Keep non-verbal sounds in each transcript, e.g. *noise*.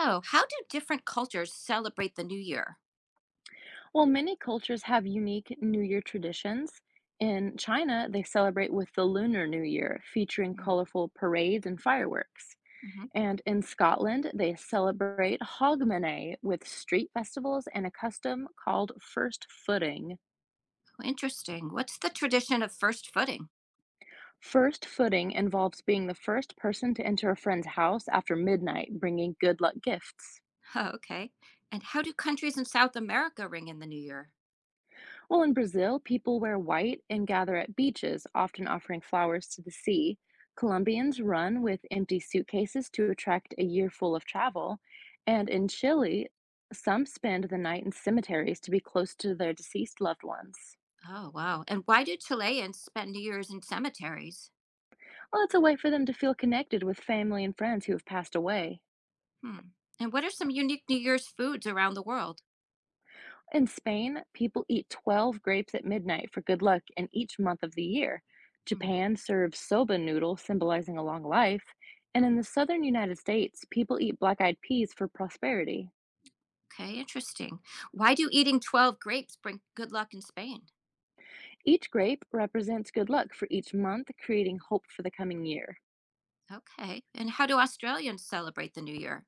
Oh, how do different cultures celebrate the new year? Well, many cultures have unique New Year traditions. In China, they celebrate with the Lunar New Year, featuring Mm, colorful parades and fireworks. hmm. And in Scotland, they celebrate Hogmanay with street festivals and a custom called first footing. Oh, interesting. What's the tradition of first footing? *laughs* First footing involves being the first person to enter a friend's house after midnight, bringing good luck gifts. Oh, okay. And how do countries in South America ring in the new year? Well, in Brazil, people wear white and gather at beaches, often offering flowers to the sea. Colombians run with empty suitcases to attract a year full of travel. And in Chile, some spend the night in cemeteries to be close to their deceased loved ones. Oh, wow. And why do Chileans spend New Year's in cemeteries? Well, it's a way for them to feel connected with family and friends who have passed away. Hmm. And what are some unique New Year's foods around the world? In Spain, people eat 12 grapes at midnight for good luck in each month of the year. Hmm. Japan serves soba noodle, symbolizing a long life. And in the southern United States, people eat black eyed peas for prosperity. Okay, interesting. Why do eating 12 grapes bring good luck in Spain? Each grape represents good luck for each month, creating hope for the coming year. Okay. And how do Australians celebrate the new year?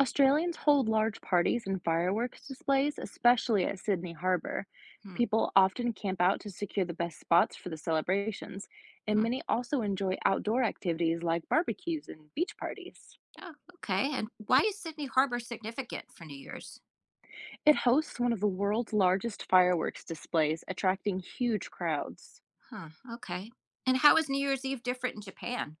Australians hold large parties and fireworks displays, especially at Sydney Harbour. Hmm. People often camp out to secure the best spots for the celebrations, and Hmm. many also enjoy outdoor activities like barbecues and beach parties. Oh, okay. And why is Sydney Harbor significant for New Year's? It hosts one of the world's largest fireworks displays, attracting huge crowds. Huh. Okay. And how is New Year's Eve different in Japan?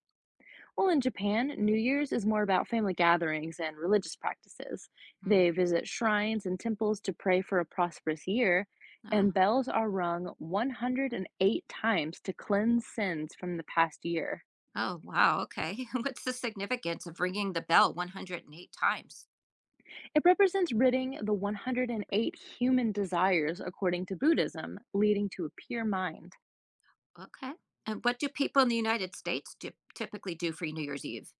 Well, in Japan, New Year's is more about family gatherings and religious practices. Hmm. They visit shrines and temples to pray for a prosperous year, Oh. and bells are rung 108 times to cleanse sins from the past year. Oh, wow. Okay. *laughs* What's the significance of ringing the bell 108 times? It represents ridding the 108 human desires according to Buddhism, leading to a pure mind. Okay. And what do people in the United States do, typically do for New Year's Eve?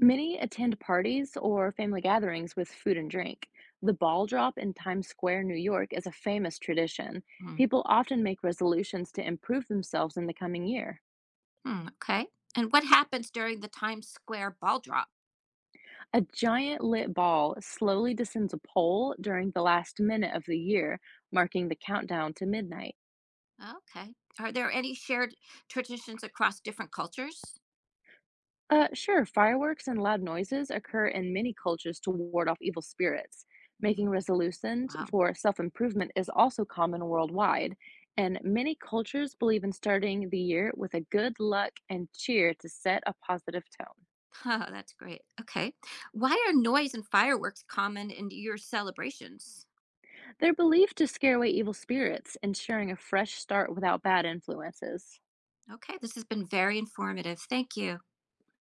Many attend parties or family gatherings with food and drink. The ball drop in Times Square, New York, is a famous tradition. Hmm. People often make resolutions to improve themselves in the coming year. Hmm. Okay. And what happens during the Times Square ball drop? A giant lit ball slowly descends a pole during the last minute of the year, marking the countdown to midnight. Okay. Are there any shared traditions across different cultures? Sure, fireworks and loud noises occur in many cultures to ward off evil spirits. Hmm. Making resolutions Wow. for self improvement is also common worldwide, and many cultures believe in starting the year with a good luck and cheer to set a positive tone. *laughs* Oh, that's great. Okay. Why are noise and fireworks common in your celebrations? They're believed to scare away evil spirits, ensuring a fresh start without bad influences. Okay, this has been very informative. Thank you.